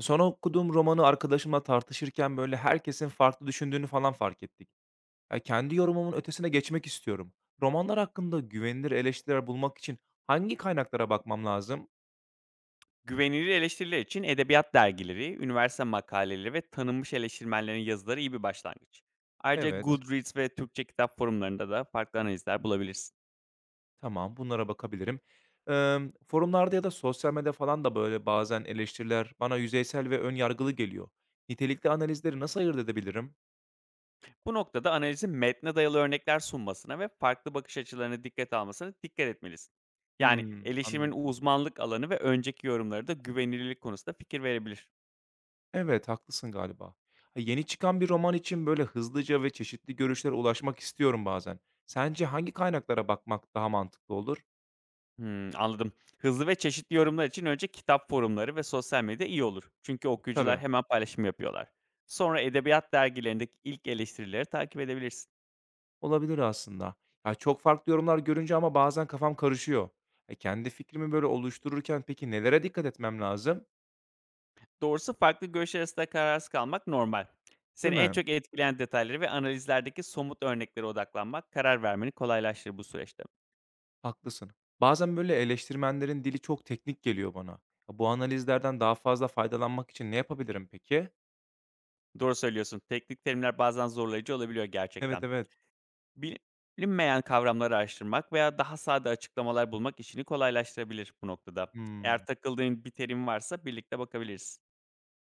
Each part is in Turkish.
Sonra okuduğum romanı arkadaşımla tartışırken, böyle, herkesin farklı düşündüğünü falan fark ettik. Ya, kendi yorumumun ötesine geçmek istiyorum. Romanlar hakkında güvenilir eleştiriler bulmak için hangi kaynaklara bakmam lazım? Güvenilir eleştiriler için edebiyat dergileri, üniversite makaleleri ve tanınmış eleştirmenlerin yazıları iyi bir başlangıç. Ayrıca Evet. Goodreads ve Türkçe kitap forumlarında da farklı analizler bulabilirsin. Tamam, bunlara bakabilirim. Forumlarda ya da sosyal medyada falan da, böyle, bazen eleştiriler bana yüzeysel ve ön yargılı geliyor. Nitelikli analizleri nasıl ayırt edebilirim? Bu noktada analizin metne dayalı örnekler sunmasına ve farklı bakış açılarını dikkate almasına dikkat etmelisin. Yani Hımm, eleştirimin anladım. uzmanlık alanı ve önceki yorumları da güvenilirlik konusunda fikir verebilir. Evet, haklısın galiba. Ha, yeni çıkan bir roman için böyle hızlıca ve çeşitli görüşlere ulaşmak istiyorum bazen. Sence hangi kaynaklara bakmak daha mantıklı olur? Hımm, anladım. Hızlı ve çeşitli yorumlar için önce kitap forumları ve sosyal medya iyi olur, çünkü okuyucular Tabii, hemen paylaşım yapıyorlar. Sonra edebiyat dergilerindeki ilk eleştirileri takip edebilirsin. olabilir aslında. Ya çok farklı yorumlar görünce ama bazen kafam karışıyor. E, kendi fikrimi böyle oluştururken peki nelere dikkat etmem lazım? Doğrusu farklı görüşler arasında kararsız kalmak normal. Seni Değil en mi? çok etkileyen detayları ve analizlerdeki somut örneklere odaklanmak karar vermeni kolaylaştırır bu süreçte. Haklısın. Bazen böyle eleştirmenlerin dili çok teknik geliyor bana. Ya, bu analizlerden daha fazla faydalanmak için ne yapabilirim peki? Doğru söylüyorsun. Teknik terimler bazen zorlayıcı olabiliyor Evet, gerçekten. evet. Bilinmeyen kavramları araştırmak veya daha sade açıklamalar bulmak işini kolaylaştırabilir bu noktada. Hmm. Eğer takıldığın bir terim varsa birlikte bakabiliriz.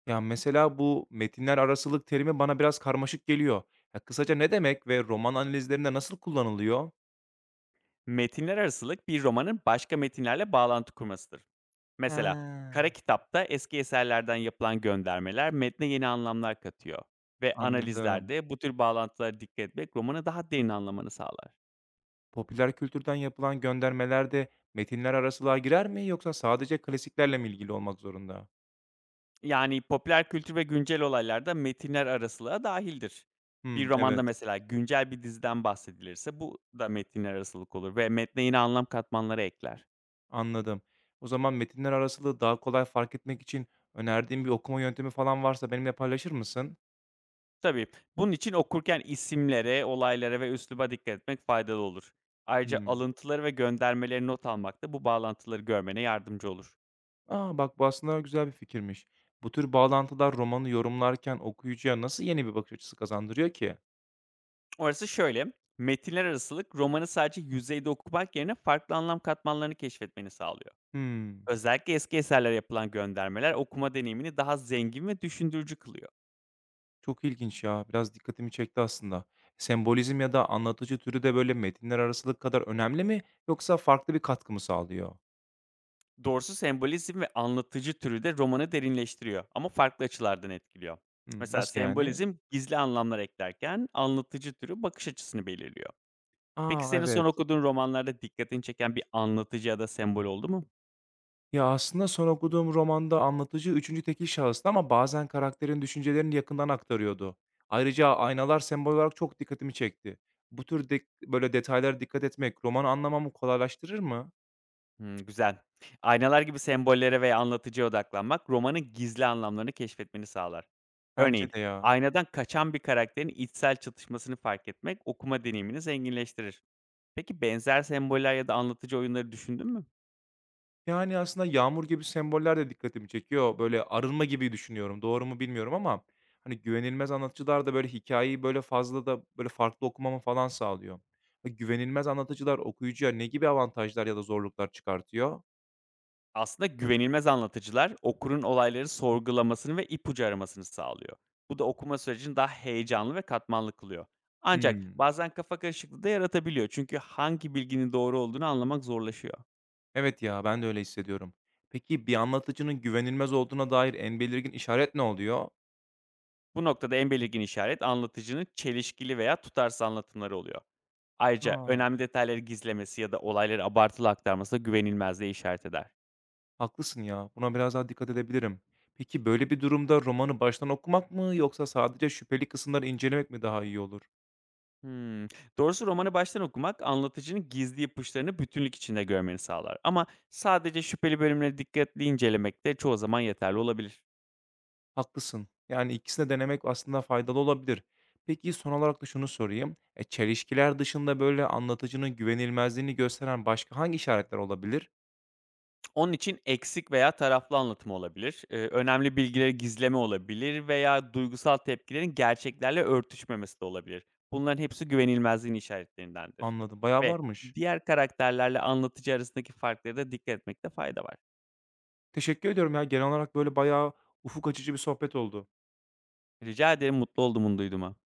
Ya, mesela bu metinler arasılık terimi bana biraz karmaşık geliyor. Ya, kısaca ne demek ve roman analizlerinde nasıl kullanılıyor? Metinler arasılık bir romanın başka metinlerle bağlantı kurmasıdır. He, Mesela Kara Kitap'ta eski eserlerden yapılan göndermeler metne yeni anlamlar katıyor ve anladım. analizlerde bu tür bağlantılara dikkat etmek romanı daha derin anlamanı sağlar. Popüler kültürden yapılan göndermelerde metinler arasılığa girer mi yoksa sadece klasiklerle mi ilgili olmak zorunda? Yani, popüler kültür ve güncel olaylarda metinler arasılığa dahildir. Bir Hımm, romanda evet, mesela güncel bir diziden bahsedilirse bu da metinler arasılık olur ve metne yine anlam katmanları ekler. anladım. O zaman metinler arasılığı daha kolay fark etmek için önerdiğin bir okuma yöntemi falan varsa benimle paylaşır mısın? Tabii, bunun için okurken isimlere, olaylara ve üsluba dikkat etmek faydalı olur. Ayrıca Hımm. alıntıları ve göndermeleri not almak da bu bağlantıları görmene yardımcı olur. A, bak bu aslında güzel bir fikirmiş. Bu tür bağlantılar romanı yorumlarken okuyucuya nasıl yeni bir bakış açısı kazandırıyor ki? Orası şöyle, metinler arasılık romanı sadece yüzeyde okumak yerine farklı anlam katmanlarını keşfetmeni sağlıyor. Hımm, Özellikle eski eserlere yapılan göndermeler okuma deneyimini daha zengin ve düşündürücü kılıyor. çok ilginç ya. Biraz dikkatimi çekti aslında. Sembolizm ya da anlatıcı türü de böyle metinler arasılık kadar önemli mi yoksa farklı bir katkı mı sağlıyor? Doğrusu sembolizm ve anlatıcı türü de romanı derinleştiriyor ama farklı açılardan etkiliyor. Hımm, Mesela nasıl yani? sembolizm gizli anlamlar eklerken anlatıcı türü bakış açısını belirliyor. Peki A, senin son evet. okuduğun romanlarda dikkatini çeken bir anlatıcı ya da sembol oldu mu? Ya, aslında son okuduğum romanda anlatıcı üçüncü tekil şahıstı ama bazen karakterin düşüncelerini yakından aktarıyordu. Ayrıca aynalar sembol olarak çok dikkatimi çekti. Bu tür dek böyle detaylara dikkat etmek romanı anlamamı kolaylaştırır mı? Hımm, güzel. Aynalar gibi sembollere veya anlatıcıya odaklanmak romanın gizli anlamlarını keşfetmeni sağlar. Örneğin, Bence de ya. aynadan kaçan bir karakterin içsel çatışmasını fark etmek okuma deneyimini zenginleştirir. Peki benzer semboller ya da anlatıcı oyunları düşündün mü? Yani, aslında yağmur gibi semboller de dikkatimi çekiyor. Böyle arınma gibi düşünüyorum. Doğru mu bilmiyorum ama, hani, güvenilmez anlatıcılar da böyle hikâyeyi böyle fazla da böyle farklı okumamı falan sağlıyor. Güvenilmez anlatıcılar okuyucuya ne gibi avantajlar ya da zorluklar çıkartıyor? Aslında güvenilmez anlatıcılar okurun olayları sorgulamasını ve ipucu aramasını sağlıyor. Bu da okuma sürecini daha heyecanlı ve katmanlı kılıyor. Ancak Hımm. bazen kafa karışıklığı da yaratabiliyor, çünkü hangi bilginin doğru olduğunu anlamak zorlaşıyor. Evet ya, ben de öyle hissediyorum. Peki bir anlatıcının güvenilmez olduğuna dair en belirgin işaret ne oluyor? Bu noktada en belirgin işaret anlatıcının çelişkili veya tutarsız anlatımları oluyor. Ayrıca Ha, önemli detayları gizlemesi ya da olayları abartılı aktarması da güvenilmezliğe işaret eder. haklısın ya. Buna biraz daha dikkat edebilirim. Peki böyle bir durumda romanı baştan okumak mı yoksa sadece şüpheli kısımları incelemek mi daha iyi olur? Hmm. Doğrusu romanı baştan okumak anlatıcının gizli ipuçlarını bütünlük içinde görmeni sağlar. Ama sadece şüpheli bölümleri dikkatli incelemek de çoğu zaman yeterli olabilir. Haklısın. Yani ikisini de denemek aslında faydalı olabilir. Peki son olarak da şunu sorayım. E, çelişkiler dışında böyle anlatıcının güvenilmezliğini gösteren başka hangi işaretler olabilir? Onun için eksik veya taraflı anlatım olabilir, önemli bilgileri gizleme olabilir veya duygusal tepkilerin gerçeklerle örtüşmemesi de olabilir. Bunların hepsi güvenilmezliğin işaretlerindendir Anladım. Bayağı ve varmış. diğer karakterlerle anlatıcı arasındaki farklara da dikkat etmekte fayda var. Teşekkür ediyorum ya. Genel olarak böyle bayağı ufuk açıcı bir sohbet oldu. Rica ederim, mutlu oldum bunu duyduğuma.